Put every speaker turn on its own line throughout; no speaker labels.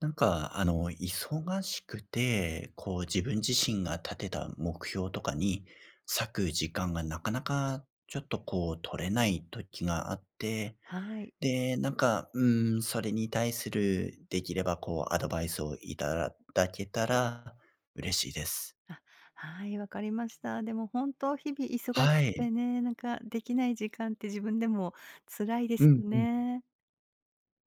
忙しくて、こう自分自身が立てた目標とかに割く時間がなかなかちょっとこう取れない時があって、
はい。
で、それに対するできればこうアドバイスをいただけたら嬉しいです。
あ、はい、わかりました。でも本当、日々忙し
は
く
い。
てね、なんかできない時間って自分でも辛いで
う
す
ん
よ
うん。
ね。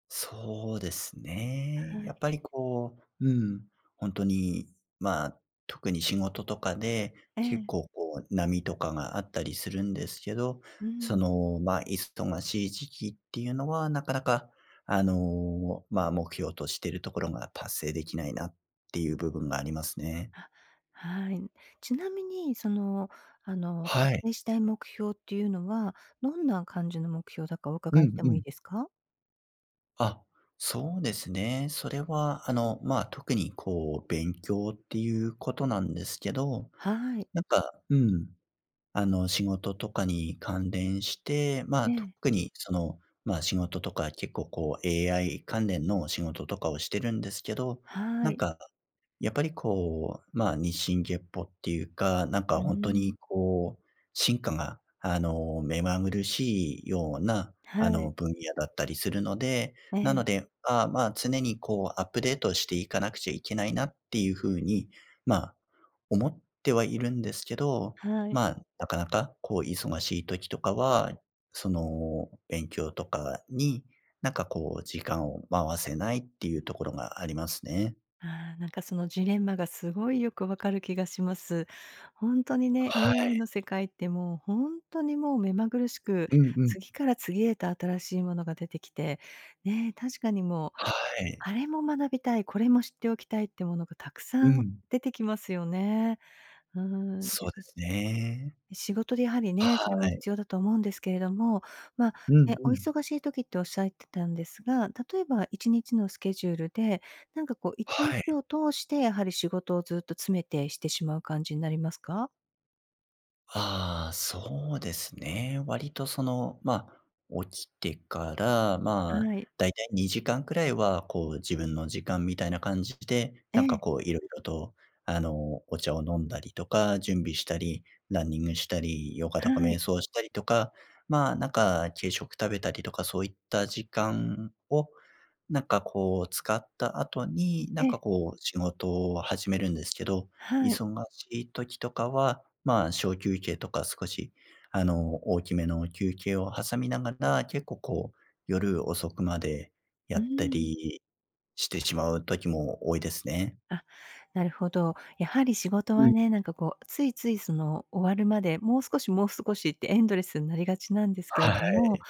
そうですね。
は
や
い。
っぱりこう、ん、本当に、まあ、特に仕事とかで
え
結
え。
構こう波とかがあったりするんですけど、
う
そ
ん。
の、忙しい時期っていうのはなかなか、目標としてるところが達成できないなっていう部分がありますね。
あ、はい。ちなみに、達
はい。
成したい目標っていうのは、どんな感じの目標だかお
う
伺いし
ん
て
う
もい
ん。
いですか？
あ、そうですね。それは、特にこう勉強っていうことなんですけど、
はい。
なんか、うん、仕事とかに関連して、
ええ。
特にその、仕事とか結構こう AI 関連の仕事とかをしてるんですけど、な
は
ん
い。
か、やっぱりこう、日進月歩っていうか、
う
本当に
ん。
こう進化が、目まぐるしいような、あ
は
の、
い。
分野だったりするので、
え
な
え。
ので、常にこうアップデートしていかなくちゃいけないなっていう風に、まあ、思ってはいるんですけど、
はい。
なかなかこう忙しい時とかはその勉強とかに、こう時間を回せないっていうところがありますね。
ああ、なんかそのジレンマがすごいよくわかる気がします。本当にね、
は
AI
い。
の世界ってもう本当にもう目まぐるしく、
うんうん。
次から次へと新しいものが出てきて、ね、確かにもう、
はい。
あれも学びたい、これも知っておきたいってものがたく
う
さん
ん。
出てきますよね。うん。
そうですね。
ね、仕事でやはり
は
ね、それも
い。
必要だと思うんですけれども、まあ、
うん
ね、お
うん。
忙しい時っておっしゃってたんですが、例えば1日のスケジュールで、なんかこう1
は
日
い。
を通してやはり仕事をずっと詰めてしてしまう感じになりますか？
ああ、そうですね。割とその、起きてから、
はい。
だいたい2時間くらいは、こう、自分の時間みたいな感じで、
ええ、
こう、いろいろと、お茶を飲んだりとか、準備したり、ランニングしたり、ヨガとか
はい、
瞑想したりとか、軽食食べたりとか、そういった時間を、こう、使った後に、
ええ、
こう、仕事を始めるんですけど、
はい。
忙しい時とかは、小休憩とか少し、大きめの休憩を挟みながら、結構こう夜遅くまでや
うー
った
ん。
りしてしまう時も多いですね。
あ、なるほど。やはり仕事
うん。
はね、なんかこう、ついついその終わるまで、もう少しもう少しってエンドレスになりがちなんですけれ
は
ども、
い。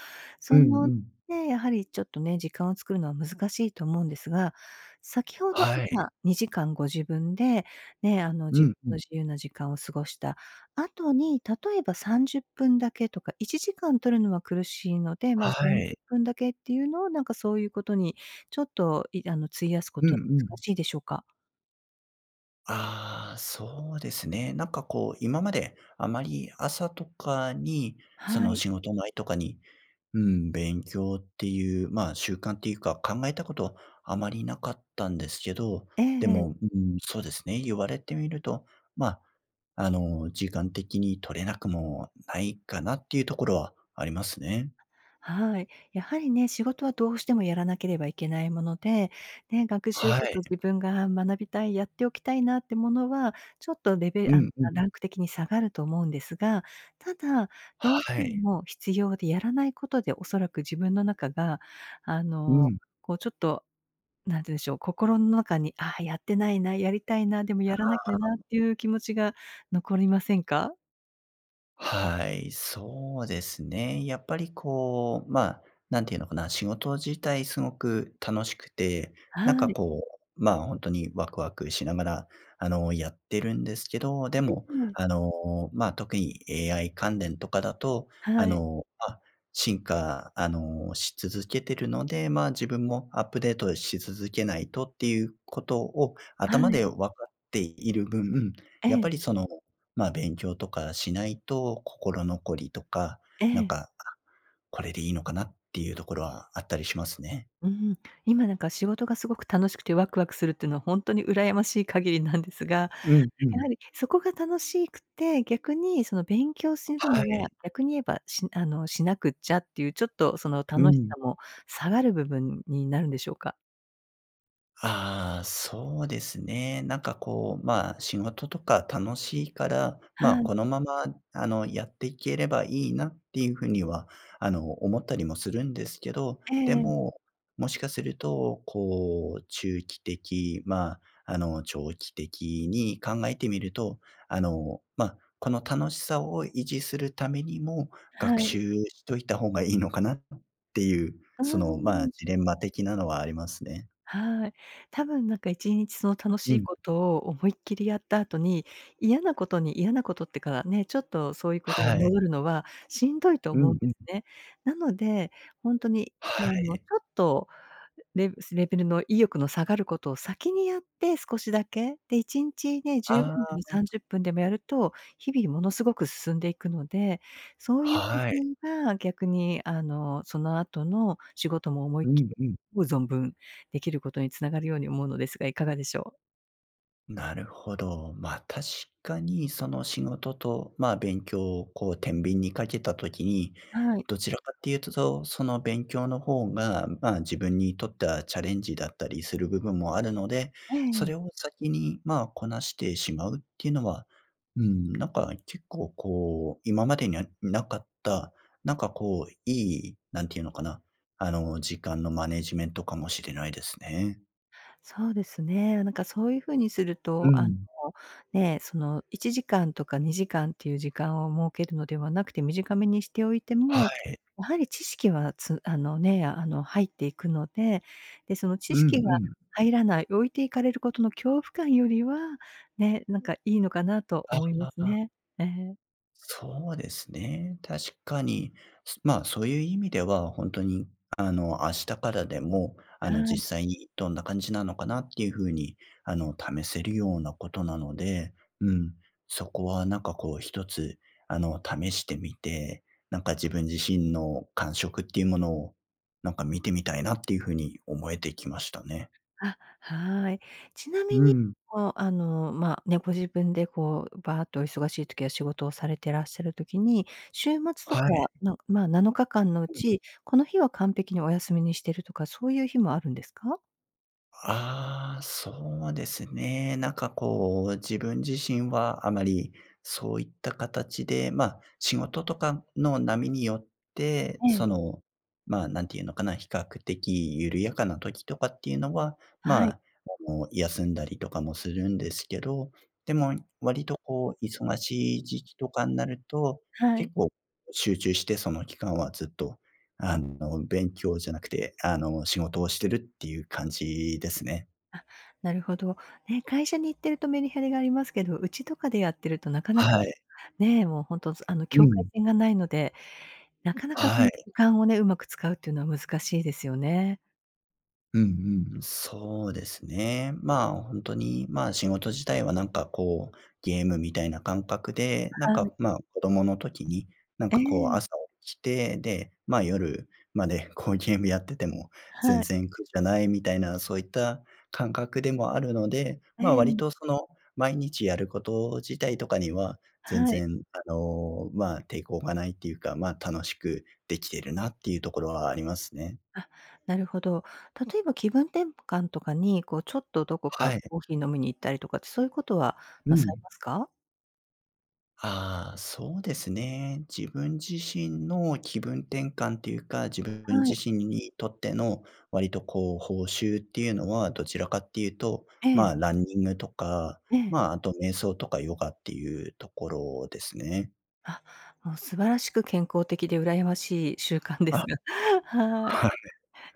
うん
そ
う
の、
ん。
ね、やはりちょっとね、時間を作るのは難しいと思うんですが、先ほど
はい。
朝2時間ご自分で、ね、
う
自
んうん。
分の自由な時間を過ごした後に、例えば30分だけとか、1時間取るのは苦しいので、まあ、
は
30
い。
分だけっていうのをなんかそういうことにちょっといあの費やすこ
うん
とは
う
難
ん。
しいでしょうか？
ああ、そうですね。こう、今まであまり朝とかに、そ
は
の
い。
仕事前とかに、うん、勉強っていう、習慣っていうか考えたことあまりなかったんですけど、で
え
も、
え、
うん、そうですね。言われてみると、まあ、時間的に取れなくもないかなっていうところはありますね。
はい。やはりね、仕事はどうしてもやらなければいけないもので、ね、学習
は
とか
い。
自分が学びたい、やっておきたいなってものは、ちょっとレ
う
ベあの、
んうん。
ランク的に下がると思うんですが、ただ、どうして
はい。
も必要でやらないことでおそらく自分の中が、あ
う
の、
ん。
こうちょっと、なんて言うんでしょう、心の中に、ああ、やってないな、やりたいな、でもやらなきゃなっていう気持ちが残りませんか？
はい、そうですね。やっぱりこう、なんていうのかな、仕事自体すごく楽しくて、
はい。
こう、本当にワクワクしながら、やってるんですけど、で
え
も、
え。
あの、特に AI 関連とかだと、あ
はい。
の、まあ、進化、し続けてるので、自分もアップデートし続けないとっていうことを
は
頭
い。
で分かっている分、
え
やっぱり
え。
その勉強とかしないと心残りとか、
え
なん
え、
か、あ、これでいいのかなっていうところはあったりしますね。
うん。今なんか仕事がすごく楽しくてワクワクするっていうのは本当に羨ましい限りなんですが、
うんう
やは
ん。
りそこが楽しくて、逆にその勉強する
は
のは、
い。
逆に言えば、しあの、しなくっちゃっていう、ちょっとその
う
楽し
ん。
さも下がる部分になるんでしょうか？
ああ、そうですね。こう、仕事とか楽しいから、
はい。
このまま、やっていければいいなっていうふうには、思ったりもするんですけど、
え
で
えええ。
も、もしかすると、こう、中期的、長期的に考えてみると、この楽しさを維持するためにも、
は
学
い。
習しといた方がいいのかなっていう、
うー
その、
ん。
ジレンマ的なのはありますね。
はい。多分なんか一日その楽
う
しい
ん。
ことを思いっきりやった後に、嫌なことに嫌なことってかね、ちょっとそういうことに
はい。
戻るのはしんどいと
う
思う
ん
んで
うん。
すね。なので、ほんとにあ
は
のち
い。
ょっとレレベルの意欲の下がることを先にやって、少しだけ。で、1日ね、15分で
あ
も30分でもやると、日々ものすごく進んでいくので、そう
あ、
いう工
はい。
夫が逆にその後の仕事も思い
う
っきり、
んうん、
思う存分できることにつながるように思うのですが、いかがでしょう？
なるほど。確かにその仕事と、勉強をこう天秤にかけたときに、
はい。
どちらかっていうとその勉強の方が、自分にとってはチャレンジだったりする部分もあるので、
えええ
それ
え。
を先に、こなしてしまうっていうのは、結構こう今までにはなかった、こう、いい、なんていうのかな、時間のマネジメントかもしれないですね。
そうですね。なんかそういう風にする
う
と、
ん。
ね、その1時間とか2時間っていう時間を設けるのではなくて、短めにしておいて
は
も、
い。
やはり知識はつあのね、あの、入っていくので、で、その知
うん
識が
うん。
入らない、置いていかれることの恐怖感よりは、ね、なんかいいのかなと思いますね。ええ、
そうですね。確かに、すまあ、そういう意味では本当に、明日からでも、
はい。
実際にどんな感じなのかなっていうふうに、試せるようなことなので、うん、そこはなんかこう一つ、試してみて、自分自身の感触っていうものを、見てみたいなっていうふうに思えてきましたね。
はい。ちなみ
う
に、
ん。
ね、ご自分でこう、バーっとお忙しい時は仕事をされてらっしゃる時に、週末と
は
か、
い。
なまあ、7日間のうち、この日は完璧にお休みにしてるとか、そういう日もあるんですか？
ああ、そうですね。こう、自分自身はあまりそういった形で、仕事とかの波によって
え
そ
え。
の、なんていうのかな、比較的緩やかな時とかっていうのは、
は
ま
い、
あ、休んだりとかもするんですけど、でも割とこう、忙しい時期とかになると、
は
結
い。
構集中してその期間はずっと勉強じゃなくて、仕事をしてるっていう感じですね。
あ、なるほど。ね、会社に行ってるとメリハリがありますけど、うちとかでやってるとなかなか
はい。
ね、もうほんと、
う
境界
ん。
線がないので、なかなかこ
は
の
い。
時間をね、うまく使うっていうのは難しいですよね。
うんうん。そうですね。本当に、仕事自体はなんかこう、ゲームみたいな感覚で、
はい。
子供の時に、
え
こう
え、
朝起きて、で、夜までこうゲームやってても全
はい。
然苦じゃないみたいな、そういった感覚でもあるので、
え
割
え、
とその、毎日やること自体とかには全
はい。
然抵抗がないっていうか、楽しくできてるなっていうところはありますね。
あ、なるほど。例えば気分転換とかに、こうちょっとどこ
は
か
い。
コーヒー飲みに行ったりとかって、そういうことは
う
なさい
ん。
ますか？
ああ、そうですね。自分自身の気分転換っていうか、自分
は
自
い。
身にとっての割とこう報酬っていうのはどちらかっていうと、
ええ、
ランニングとか、
ええ。
あと瞑想とかヨガっていうところですね。
あ、もう素晴らしく健康的で羨ましい習慣で
あ、
すが、はい。
はい。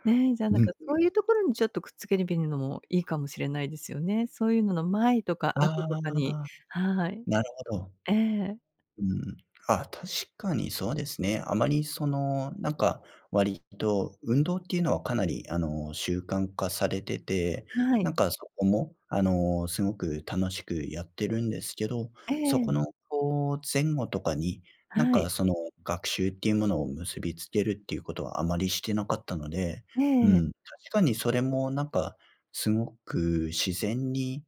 ねえ、じゃあな
う
ん
ん。
かそういうところにちょっとくっつけてみるのもいいかもしれないですよね。そういうのの前とか
あ
後とかに、
あ、
はい。
なるほど。
ええ、
うん。あ、確かにそうですね。あまりその、割と運動っていうのはかなり、習慣化されてて、
はい。
そこも、すごく楽しくやってるんですけど、
え
そこ
え、
の、こう、前後とかに、
はい。
その学習っていうものを結びつけるっていうことはあまりしてなかったので、
え
う
え。
ん、確かにそれもなんか、すごく自然に、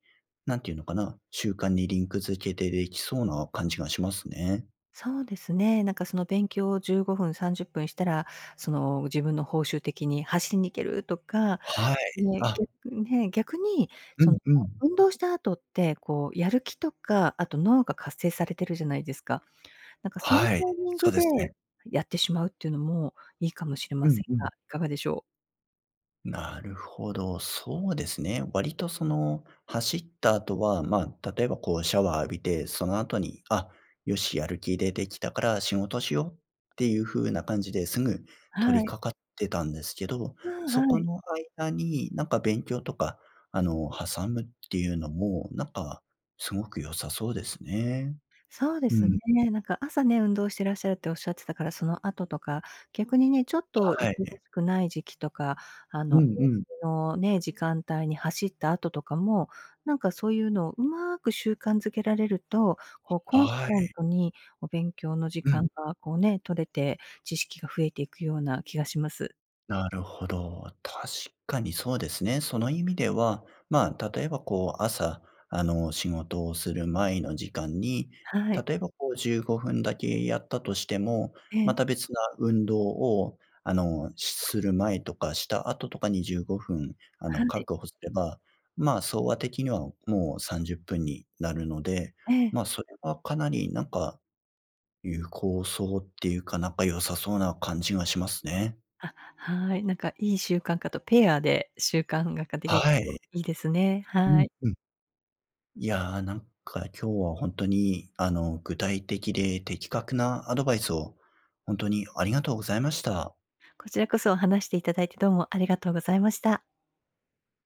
なんていうのかな、習慣にリンク付けてできそうな感じがしますね。
そうですね。なんかその勉強を15分、30分したら、その自分の報酬的に走りに行けるとか、
はい。
ね、
あ、
逆に
う
そ
ん
の
うん。
運動した後って、こうやる気とか、あと脳が活性されてるじゃないですか。なんかそのタ
はい、
イミン
そ
グ
うで
で
すね。
やってしまうっていうのもいいかもしれ
う
ま
ん
せん
う
が、
ん。
いかがでしょう？
なるほど、そうですね。割とその、走った後は、例えばこうシャワー浴びて、その後に、あ、よし、やる気出てきたから仕事しようっていう風な感じですぐ取
は
り
い。
掛かってたんですけど、
うん、
そ
は
こ
い。
の間になんか勉強とか、挟むっていうのも、なんかすごく良さそうですね。
そうで
う
す
ん、
ね。なんか朝ね、運動してらっしゃるっておっしゃってたから、その後とか、逆にね、ちょっと忙
はい。
しくない時期とか、
うん
お
うん。
休みのね、時間帯に走った後とかも、なんかそういうのをうまく習慣づけられると、こうコンス
は
タ
い。
ントにお勉強の時
うん。
間がこうね、取れて、知識が増えていくような気がします。
なるほど。確かにそうですね。その意味では、例えばこう朝、仕事をする前の時間に、
はい。
例えばこう15分だけやったとしても、
え
ま
え、
た別な運動を、する前とかした後とかに15分、
はい。
確保すれば、総和的にはもう30分になるので、
ええ。
それはかなりなんか有効そうっていうか、なんか良さそうな感じがしますね。
はい。なんかいい習慣化とペアで習慣化ができる
は
と
い。
いいですね。
う
は
ん、
い。
うん。いやー、今日は本当に、具体的で的確なアドバイスを本当にありがとうございました。
こちらこそ話していただいてどうもありがとうございました。